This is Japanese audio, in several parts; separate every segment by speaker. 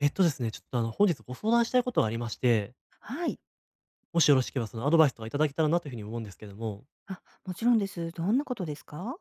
Speaker 1: えっとですね、ちょっとあの、本日ご相談したいことがありまして、
Speaker 2: はい。
Speaker 1: もしよろしければそのアドバイスとかいただけたらなというふうに思うんですけども、
Speaker 2: あ、もちろんです。どんなことですか？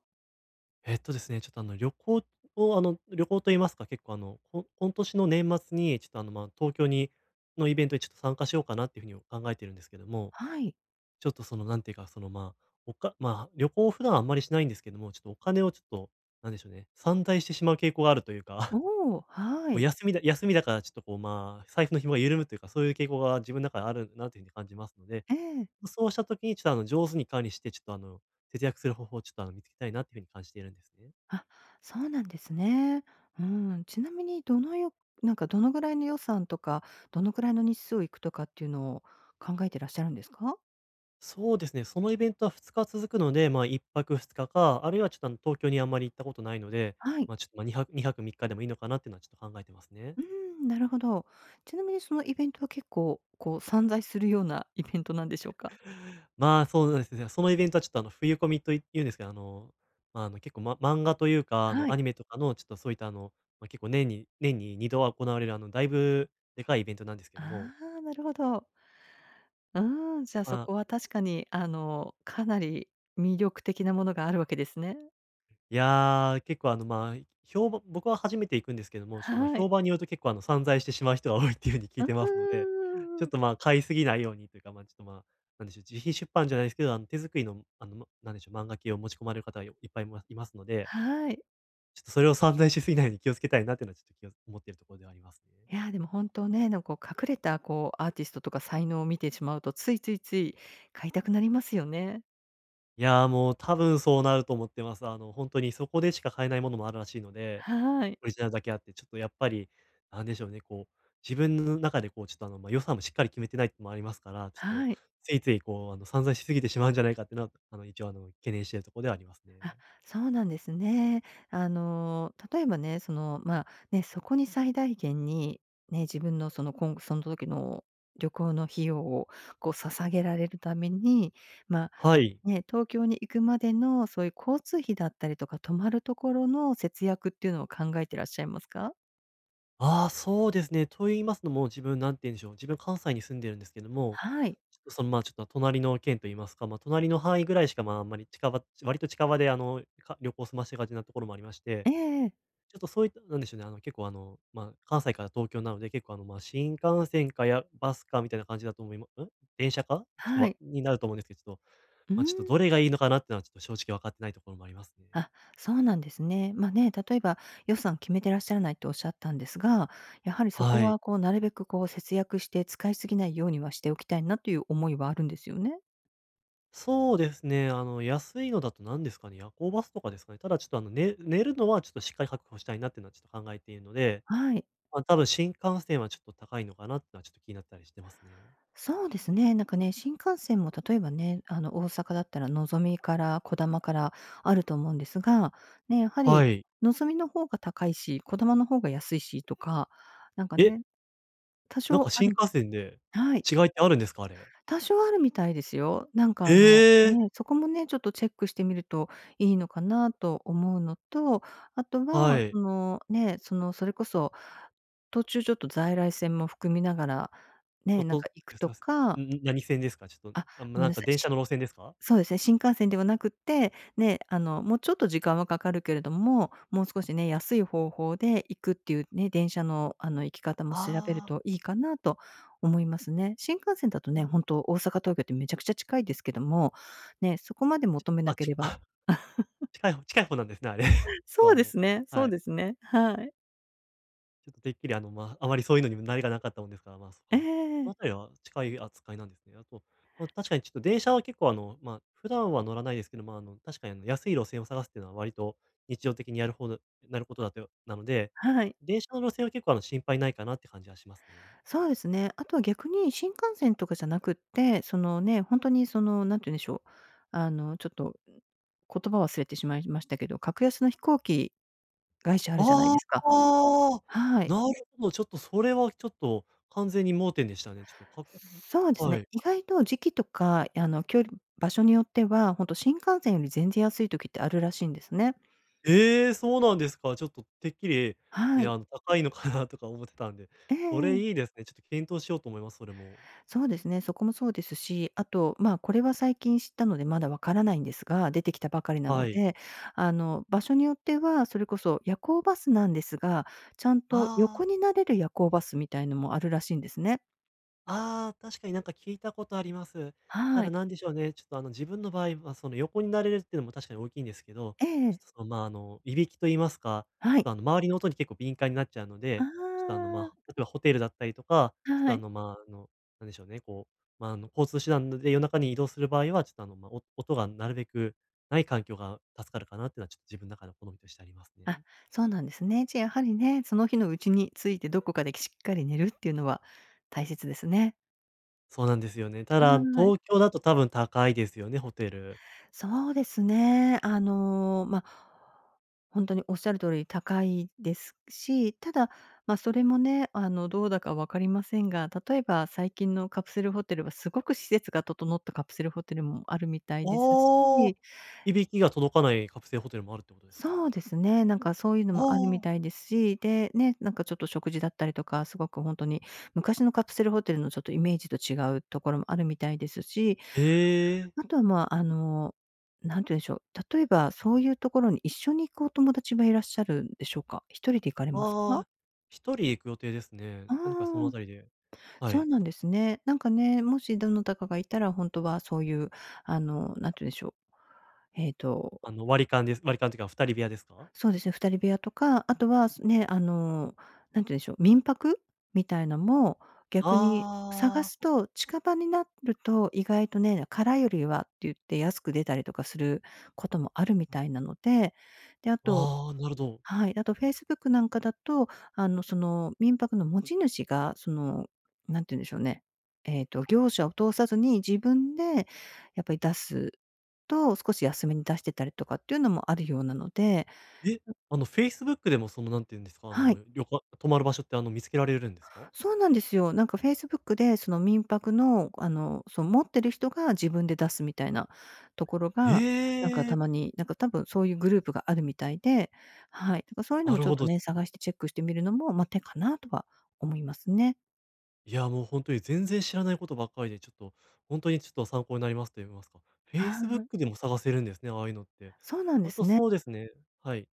Speaker 1: えっとですね、ちょっとあの、旅行を、旅行と言いますか、結構今年の年末に、ちょっと東京に、のイベントにちょっと参加しようかなっていうふうに考えてるんですけども、
Speaker 2: はい。
Speaker 1: ちょっとなんていうか、その、まあ、おか、まあ、旅行を普段あんまりしないんですけども、ちょっとお金をちょっと、なんでしょうね、散財してしまう傾向があるという
Speaker 2: お
Speaker 1: か、
Speaker 2: お、は
Speaker 1: もう
Speaker 2: い。
Speaker 1: 休みだ、休みだからちょっとこう、財布の紐が緩むというか、そういう傾向が自分の中であるなというふうに感じますので、
Speaker 2: ええ。
Speaker 1: そうした時に、ちょっと上手に管理して、ちょっと節約する方法をちょっと見つけたいなっていうふうに感じているんですね。
Speaker 2: あ、そうなんですね。うん。ちなみにどのよなんかどのぐらいの予算とか、どのぐらいの日数行くとかっていうのを考えてらっしゃるんですか？
Speaker 1: そうですね、そのイベントは2日続くので、まあ、1泊2日か、あるいはちょっと東京にあんまり行ったことないので、
Speaker 2: はい。
Speaker 1: まあ、ちょっとまあ、2泊3日でもいいのかなっていうのはちょっと考えてますね。
Speaker 2: うん、なるほど。ちなみにそのイベントは結構、こう散在するようなイベントなんでしょうか？
Speaker 1: そうですね、そのイベントはちょっと冬コミと言うんですけど、結構漫画というか、
Speaker 2: は
Speaker 1: ア
Speaker 2: い。
Speaker 1: ニメとかのちょっとそういった結構年に2度は行われるだいぶでかいイベントなんですけども、
Speaker 2: ああ、なるほど。うん、じゃあ
Speaker 1: ま
Speaker 2: そ
Speaker 1: あ
Speaker 2: こは確かにかなり魅力的なものがあるわけですね。
Speaker 1: いや結構評判僕は初めて行くんですけども、ちょっと、
Speaker 2: はい。
Speaker 1: 評判によると結構散財してしまう人が多いっていうふうに聞い
Speaker 2: う
Speaker 1: てますので、ちょっ
Speaker 2: ーん。
Speaker 1: と、ま、あ買いすぎないようにというか、ちょっと、なんでしょう、自費出版じゃないですけど、手作りの、なんでしょう、漫画系を持ち込まれる方がいっぱいいますので、
Speaker 2: はい。
Speaker 1: ちょっとそれを散財しすぎないように気をつけたいなっていうのはちょっと思っているところではありますね。
Speaker 2: いや、でも本当ね、なんこう隠れたこうアーティストとか才能を見てしまうと、ついついつい買いたくなりますよね。
Speaker 1: いや、もう多分そうなると思ってます。本当にそこでしか買えないものもあるらしいので、
Speaker 2: はい。
Speaker 1: オリジナルだけあって、ちょっとやっぱり、なんでしょうね、こう、自分の中でこう、ちょっと予算もしっかり決めてないってのもありますから、ちょっと、
Speaker 2: はい。
Speaker 1: ついついこう、散々しすぎてしまうんじゃないかっていうのは、一応懸念しているところではありますね。
Speaker 2: あ、そうなんですね。あの、例えばね、その、まあ、ね、そこに最大限に、ね、自分のその、今後その時の旅行の費用をこう捧げられるために、まあ
Speaker 1: はい。
Speaker 2: ね、東京に行くまでの、そういう交通費だったりとか、泊まるところの節約っていうのを考えてらっしゃいますか？
Speaker 1: ああ、そうですね。と言いますのも、自分なんて言うんでしょう、自分関西に住んでるんですけども、
Speaker 2: はい。
Speaker 1: ちょっとその、ちょっと隣の県と言いますか、隣の範囲ぐらいしか、あんまり割と近場で旅行を済ませがちなところもありまして
Speaker 2: ええええ。
Speaker 1: ちょっとそういった、なんでしょうね、結構関西から東京なので、結構新幹線かバスかみたいな感じだと思いまん？電車か？ちょっと、
Speaker 2: は
Speaker 1: わ
Speaker 2: い。
Speaker 1: になると思うんですけど、ちょっと、
Speaker 2: うーん。
Speaker 1: ちょっとどれがいいのかなってのはちょっと正直分かってないところもありますね。
Speaker 2: あ、そうなんですね。ま、ね、例えば予算決めてらっしゃらないとおっしゃったんですが、やはりそこ
Speaker 1: はい。
Speaker 2: はこうなるべくこう節約して使いすぎないようにはしておきたいなという思いはあるんですよね？
Speaker 1: そうですね、安いのだと何ですかね、夜行バスとかですかね。ただちょっと寝るのはちょっとしっかり確保したいなっていうのはちょっと考えているので、
Speaker 2: はい。
Speaker 1: 多分新幹線はちょっと高いのかなっていうのはちょっと気になったりしてますね。
Speaker 2: そうですね。なんかね、新幹線も例えばね、あの、大阪だったらのぞみからこだまからあると思うんですが、ね、やは
Speaker 1: は
Speaker 2: り
Speaker 1: い。
Speaker 2: のぞみの方が高いし、こだまの方が安いしとか、なんか
Speaker 1: え、
Speaker 2: ね、多
Speaker 1: なんか
Speaker 2: 少あ
Speaker 1: 新
Speaker 2: る
Speaker 1: 幹線で
Speaker 2: はい、
Speaker 1: 違いってあるんですか？あれ。
Speaker 2: 多少あるみたいですよ。なんか
Speaker 1: え
Speaker 2: あの、
Speaker 1: え！
Speaker 2: ね、そこもね、ちょっとチェックしてみるといいのかなと思うのと、あと
Speaker 1: は
Speaker 2: はそ
Speaker 1: い。
Speaker 2: の、ね、その、それこそ、途中ちょっと在来線も含みながら、
Speaker 1: と
Speaker 2: ね、なん
Speaker 1: と
Speaker 2: か行く
Speaker 1: え、すい
Speaker 2: と
Speaker 1: ません。
Speaker 2: か、
Speaker 1: んん、何線ですか？ちょっと、
Speaker 2: あ、
Speaker 1: あ、
Speaker 2: ごめ
Speaker 1: な
Speaker 2: ん
Speaker 1: ん
Speaker 2: な
Speaker 1: か
Speaker 2: さい。
Speaker 1: 電車の路線ですか？
Speaker 2: そうですね、新幹線ではなくって、ね、あの、もうちょっと時間はかかるけれども、もう少しね、安い方法で行くっていうね、電車の、あの、行き方も調べる
Speaker 1: あ
Speaker 2: といいかなと思いますね。新幹線だと
Speaker 1: あ、
Speaker 2: ね、
Speaker 1: あ、
Speaker 2: 本当大阪、東京ってめちゃくちゃ近いですけども、ね、そこまで求めな
Speaker 1: あ、
Speaker 2: け
Speaker 1: ち
Speaker 2: れ ば
Speaker 1: あ、近い方なんですね、あれ。ちょっ
Speaker 2: そ
Speaker 1: と
Speaker 2: うですね、そ
Speaker 1: は
Speaker 2: う
Speaker 1: い。
Speaker 2: ですね。はい。
Speaker 1: ちょっとてっきりあまりそういうのにも慣れがなかったもんですから、そっ
Speaker 2: え
Speaker 1: か。その
Speaker 2: え、
Speaker 1: 辺りは近い扱いなんですね。あと、確かにちょっと電車は結構普段は乗らないですけど、ま、あの、確かに安い路線を探すっていうのは割と日常的にやるなることだとなので、
Speaker 2: はい。
Speaker 1: 電車の路線は結構心配ないかなって感じはしますね。
Speaker 2: そうですね。あとは逆に新幹線とかじゃなくって、そのね、本当にその、なんて言うんでしょう、あの、ちょっと言葉忘れてしまいましたけど、格安の飛行機会社あるじゃない
Speaker 1: あ
Speaker 2: ですか。
Speaker 1: あ、
Speaker 2: はい。
Speaker 1: なるほど、ちょっとそれはちょっと完全に盲点でしたね。ちょっと
Speaker 2: そうで す
Speaker 1: は
Speaker 2: ね、
Speaker 1: い。
Speaker 2: 意外と時期とか、あの、距離場所によっては、ほんと新幹線より全然安い時ってあるらしいんですね。
Speaker 1: ええ、そうなんですか。ちょっとてっきり、
Speaker 2: は
Speaker 1: ね、
Speaker 2: い。
Speaker 1: 高いのかなとか思ってたんで、
Speaker 2: え
Speaker 1: それいい
Speaker 2: え
Speaker 1: ですね。ちょっと検討しようと思います、それも。
Speaker 2: そうですね、そこもそうですし、あと、まあ、これは最近知ったのでまだわからないんですが、出てきたばかりなの
Speaker 1: はい。
Speaker 2: で、あの、場所によっては、それこそ夜行バスなんですが、ちゃんと横
Speaker 1: あ
Speaker 2: に
Speaker 1: あ。
Speaker 2: なれる夜行バスみたいのもあるらしいんですね。
Speaker 1: ああ、確かになんか聞いたことあります。た
Speaker 2: は
Speaker 1: だ
Speaker 2: い。
Speaker 1: なんでしょうね、ちょっと自分の場合はその横になれるっていうのも確かに大きいんですけど、
Speaker 2: え
Speaker 1: ちょ
Speaker 2: え。
Speaker 1: っとその、いびきと言いますか、ち
Speaker 2: は
Speaker 1: ょっ
Speaker 2: い。
Speaker 1: と周りの音に結構敏感になっちゃうの
Speaker 2: あ
Speaker 1: で、ちょっと
Speaker 2: あ、
Speaker 1: 例えばホテルだったりとか、ちょっと
Speaker 2: はい。
Speaker 1: なんでしょうね、こう、交通手段で夜中に移動する場合は、ちょっと音がなるべくない環境が助かるかなっていうのはちょっと自分の中の好みとしてありますね。
Speaker 2: あ、そうなんですね。じゃあ、やはりね、その日のうちについてどこかでしっかり寝るっていうのは大切ですね。
Speaker 1: そうなんですよね。ただ、
Speaker 2: はい。
Speaker 1: 東京だと多分高いですよね、ホテル。
Speaker 2: そうですね。あの、ま、ほんとにおっしゃる通り高いですし、ただ、ま、それもね、あの、どうだか分かりませんが、例えば最近のカプセルホテルはすごく施設が整ったカプセルホテルもあるみたいです
Speaker 1: ああ。
Speaker 2: し
Speaker 1: いびきが届かないカプセルホテルもあるってことですか？
Speaker 2: そうですね、なんかそういうの
Speaker 1: あ
Speaker 2: もあるみ
Speaker 1: あ。
Speaker 2: たいですし、で、ね、なんかちょっと食事だったりとか、すごくほんとに昔のカプセルホテルのちょっとイメージと違うところもあるみたいですし、
Speaker 1: ええ。
Speaker 2: あとは、まあ、あの、何て言うんでしょう、例えばそういうところに一緒に行くお友達はいらっしゃるんでしょうか一人で行かれますか？
Speaker 1: ああ、一人行く予定ですね。
Speaker 2: あ
Speaker 1: 何かそのあ
Speaker 2: あ、
Speaker 1: たりでは
Speaker 2: そう
Speaker 1: い。
Speaker 2: なんですね。なんかね、もしどなたかがいたら、ほんとはそういう、あの、何て言うんでしょう、えっと
Speaker 1: 割り勘です。割り勘っていうか二人部屋ですか？
Speaker 2: そうですね、2人部屋とか、あとは、ね、あの、なんて言うんでしょう、民泊みたいのも、逆に探
Speaker 1: ああ。
Speaker 2: すと、近場になると意外とね、空よりはって言って安く出たりとかすることもあるみたいなので、で、あと
Speaker 1: ああ、なるほど。
Speaker 2: はい、あとフェイスブックなんかだと、あの、その、民泊の持ち主が、その、なんて言うんでしょうね、業者を通さずに自分でやっぱり出すと、少し安めに出してたりとかっていうのもあるようなので
Speaker 1: え、Facebook でもその、なんていうんですか、
Speaker 2: はい、
Speaker 1: りょか泊まる場所って、見つけられるんですか？
Speaker 2: そうなんですよ。なんかフェイスブックで、その民泊の、あの、そう持ってる人が自分で出すみたいなところが、なんか
Speaker 1: え
Speaker 2: た
Speaker 1: え、
Speaker 2: まに、なんか多分そういうグループがあるみたいで、はい。だからそういうの
Speaker 1: な
Speaker 2: も
Speaker 1: る
Speaker 2: ちょっ
Speaker 1: ほ
Speaker 2: と
Speaker 1: ど。ち
Speaker 2: ね、
Speaker 1: ょっと
Speaker 2: 探してチェックしてみるのも、まあ、手かなとは思いますね。
Speaker 1: いや、もう本当に全然知らないことばっかりで、ちょっと、本当にちょっと参考になりますと言いますか、
Speaker 2: はい。
Speaker 1: Facebook でも探せるんですね、ああいうのって。
Speaker 2: そうなんで
Speaker 1: あと
Speaker 2: すね。
Speaker 1: そうですね、はい。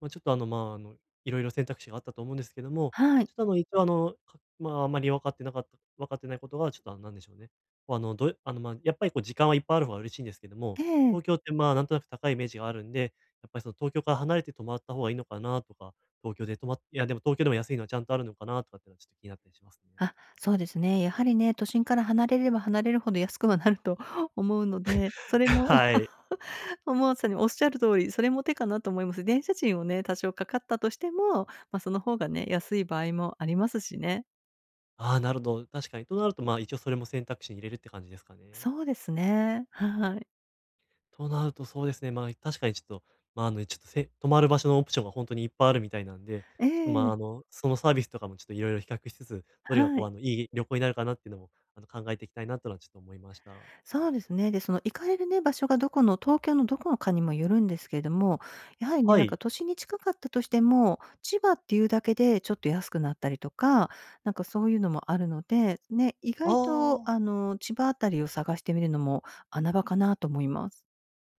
Speaker 1: まあ、ちょっとあの、まあ、あの、いろいろ選択肢があったと思うんですけども、
Speaker 2: は
Speaker 1: ち
Speaker 2: い。
Speaker 1: ょっと一応まあ、あまり分かってないことが、ちょっとなんでしょうね。こうあの、どうあの、まあ、やっぱりこう時間はいっぱいある方が嬉しいんですけども、
Speaker 2: ええ。
Speaker 1: 東京ってなんとなく高いイメージがあるんで、やっぱりその東京から離れて泊まった方がいいのかなとか、東京で泊まっいやでも東京でも安いのはちゃんとあるのかなとかっていうのはちょっと気になったりしますね。
Speaker 2: あ、そうですね。やはりね、都心から離れれば離れるほど安くはなると 思うので、そ れも
Speaker 1: はい。
Speaker 2: もう、まさにおっしゃる通り、それも手かなと思います。電車賃をね、多少かかったとしても、まあ、その方がね、安い場合もありますしね。
Speaker 1: ああ、なるほど。確かに。となると、一応それも選択肢に入れるって感じですかね。
Speaker 2: そうですね。はい。
Speaker 1: となると、そうですね。まあ、確かにちょっと、まあ、あの、ちょっとせ泊まる場所のオプションが本当にいっぱいあるみたいなんで、
Speaker 2: え
Speaker 1: ちょっと、まあ、
Speaker 2: え、
Speaker 1: あの、そのサービスとかもちょっといろいろ比較しつつ、どれが
Speaker 2: はい。
Speaker 1: いい旅行になるかなっていうのも、考えていきたいなとのはちょっと思いました。
Speaker 2: そうですね。で、その行かれるね、場所がどこの東京のどこのかにもよるんですけれども、やはりね、
Speaker 1: は
Speaker 2: なんか
Speaker 1: い。
Speaker 2: 都心に近かったとしても、千葉っていうだけでちょっと安くなったりとか、なんかそういうのもあるので、ね、意外と
Speaker 1: あ
Speaker 2: あの、千葉あたりを探してみるのも穴場かなと思います。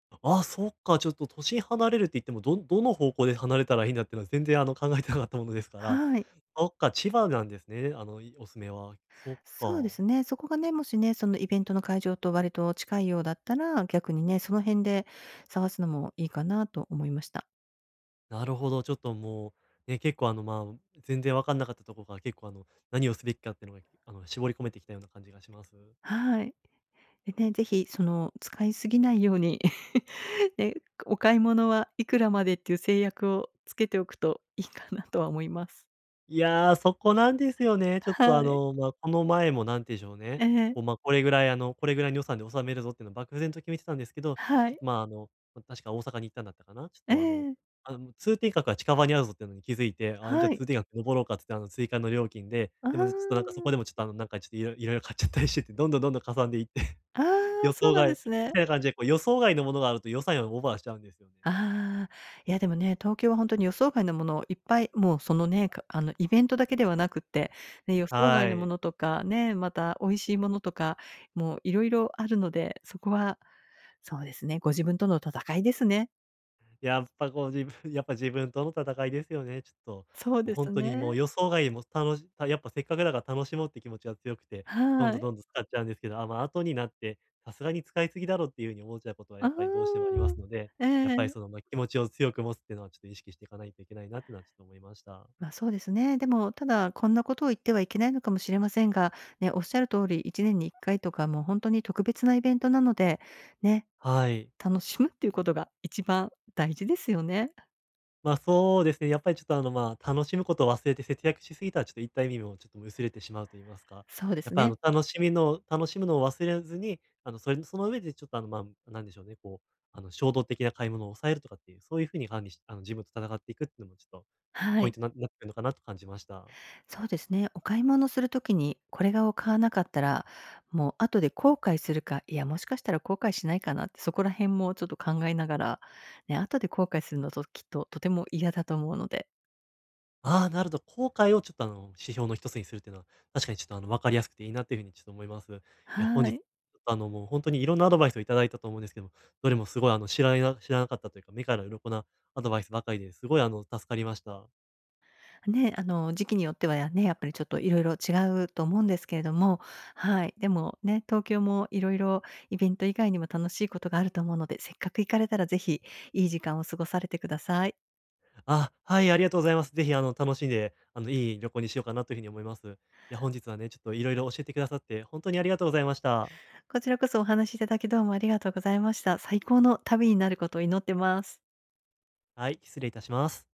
Speaker 1: あ、ああ、そっか。ちょっと都心離れるって言っても、どの方向で離れたらいいんだっていうのは全然、考えてなかったものですから。
Speaker 2: はい。
Speaker 1: そっか、千葉なんですね、おすすめは。そっ
Speaker 2: そうで
Speaker 1: か。
Speaker 2: すね。そこがね、もしね、そのイベントの会場と割と近いようだったら、逆にね、その辺で探すのもいいかなと思いました。
Speaker 1: なるほど、ちょっともう、ね、結構あの、まあ、全然わかんなかったところから結構あの、何をすべきかっていうのが、絞り込めてきたような感じがします。
Speaker 2: はい。でね、ぜひその使いすぎないように ね、お買い物はいくらまでっていう制約をつけておくといいかなとは思います。
Speaker 1: いやー、そこなんですよね。ちょっ
Speaker 2: は
Speaker 1: とあ
Speaker 2: い。
Speaker 1: の、まあ、この前もなんて言うんでしょうね、
Speaker 2: ええ。
Speaker 1: これぐらいの予算で収めるぞっていうのを漠然と決めてたんですけど、
Speaker 2: は
Speaker 1: ちょっ
Speaker 2: い。
Speaker 1: とまあ、あの、確か大阪に行ったんだったかな。ちょっ
Speaker 2: え
Speaker 1: とあの、
Speaker 2: え。
Speaker 1: あの、通天閣は近場にあるぞっていうのに気づいて、あ、じゃあ
Speaker 2: はい。
Speaker 1: 通天閣登ろうかって言って追加の料金で、
Speaker 2: あ
Speaker 1: でもね、ちょっとなんかそこ
Speaker 2: あ。
Speaker 1: でもちょっとあの、なんかちょっといろいろいろ買っちゃったりしてて、どんどんどんどんかさんでいって。
Speaker 2: ああ、
Speaker 1: 予
Speaker 2: そう
Speaker 1: 想
Speaker 2: なん
Speaker 1: 外
Speaker 2: です
Speaker 1: み
Speaker 2: ね。
Speaker 1: たいな感じで、こう予想外のものがあると予算をオーバーしちゃうんですよね。
Speaker 2: ああ、いやでもね、東京は本当に予想外のものをいっぱい、もうそのね、かあのイベントだけではなくって、ね、予想外
Speaker 1: は
Speaker 2: のも
Speaker 1: い。
Speaker 2: のとかね、また美味しいものとか、もういろいろあるので、そこは、そうですね、ご自分との戦いですね。
Speaker 1: やっぱこう自分 やっぱ自分との戦いですよね、ちょっと。
Speaker 2: そう
Speaker 1: もう
Speaker 2: で
Speaker 1: 本
Speaker 2: す
Speaker 1: 当にも
Speaker 2: ね。
Speaker 1: う予想外もたのしたやっぱせっかくだから楽しもうって気持ちが強くて、どん
Speaker 2: は
Speaker 1: どん
Speaker 2: い。
Speaker 1: どんどん使っちゃうんですけど、あ、ま、後になって、さすがに使いすぎだろっていう風に思っちゃうことはや
Speaker 2: あ
Speaker 1: っぱりどうしてもあ
Speaker 2: あ
Speaker 1: りますので、
Speaker 2: え
Speaker 1: やっぱり
Speaker 2: え。
Speaker 1: その、気持ちを強く持つっていうのはちょっと意識していかないといけないなっていうのはちょっと思いました。
Speaker 2: ま、そうですね。でも、ただ、こんなことを言ってはいけないのかもしれませんが、ね、おっしゃる通り、1年に1回とか、もう本当に特別なイベントなので、ね、
Speaker 1: はい。
Speaker 2: 楽しむっていうことが一番大事ですよね。
Speaker 1: まあ、そうですね。やっぱりちょっとあの、まあ、楽しむことを忘れて節約しすぎたら、ちょっといった意味もちょっと薄れてしまうと言いますか。
Speaker 2: そうで
Speaker 1: やっ
Speaker 2: す
Speaker 1: ぱあ
Speaker 2: ね。
Speaker 1: の、楽しみの楽しむのを忘れずに、それその上でちょっとあの、まあ、なんでしょうね、こう、あの、衝動的な買い物を抑えるとかっていう、そういう風に管理しあの、自分と戦っていくっていうのもちょっと
Speaker 2: は
Speaker 1: ポイン
Speaker 2: い。
Speaker 1: トにななってくるのかなと感じました。
Speaker 2: そうですね。お買い物するときに、これがを買わなかったら、もう後で後悔するか、いや、もしかしたら後悔しないかなって、そこら辺もちょっと考えながら、ね、後で後悔するのときっととても嫌だと思うので。
Speaker 1: ああ、なるほど。後悔をちょっとあの、指標の一つにするっていうのは、確かにちょっとあの、わかりやすくていいなっていうふうにちょっと思います。いや、本
Speaker 2: は
Speaker 1: 日、ちょ
Speaker 2: い。
Speaker 1: っとあの、もう本当にいろんなアドバイスをいただいたと思うんですけども、どれもすごい知らなかったというか、目から鱗なアドバイスばかりですごい助かりました。
Speaker 2: ね、あの、時期によってはやね、やっぱりちょっといろいろ違うと思うんですけれども、はい。でもね、東京もいろいろイベント以外にも楽しいことがあると思うので、せっかく行かれたらぜひいい時間を過ごされてください。
Speaker 1: あ、はい、ありがとうございます。ぜひ楽しんで、いい旅行にしようかなというふうに思います。いや、本日はね、ちょっといろいろ教えてくださって、本当にありがとうございました。
Speaker 2: こちらこそお話しいただきどうもありがとうございました。最高の旅になることを祈ってます。
Speaker 1: はい、失礼いたします。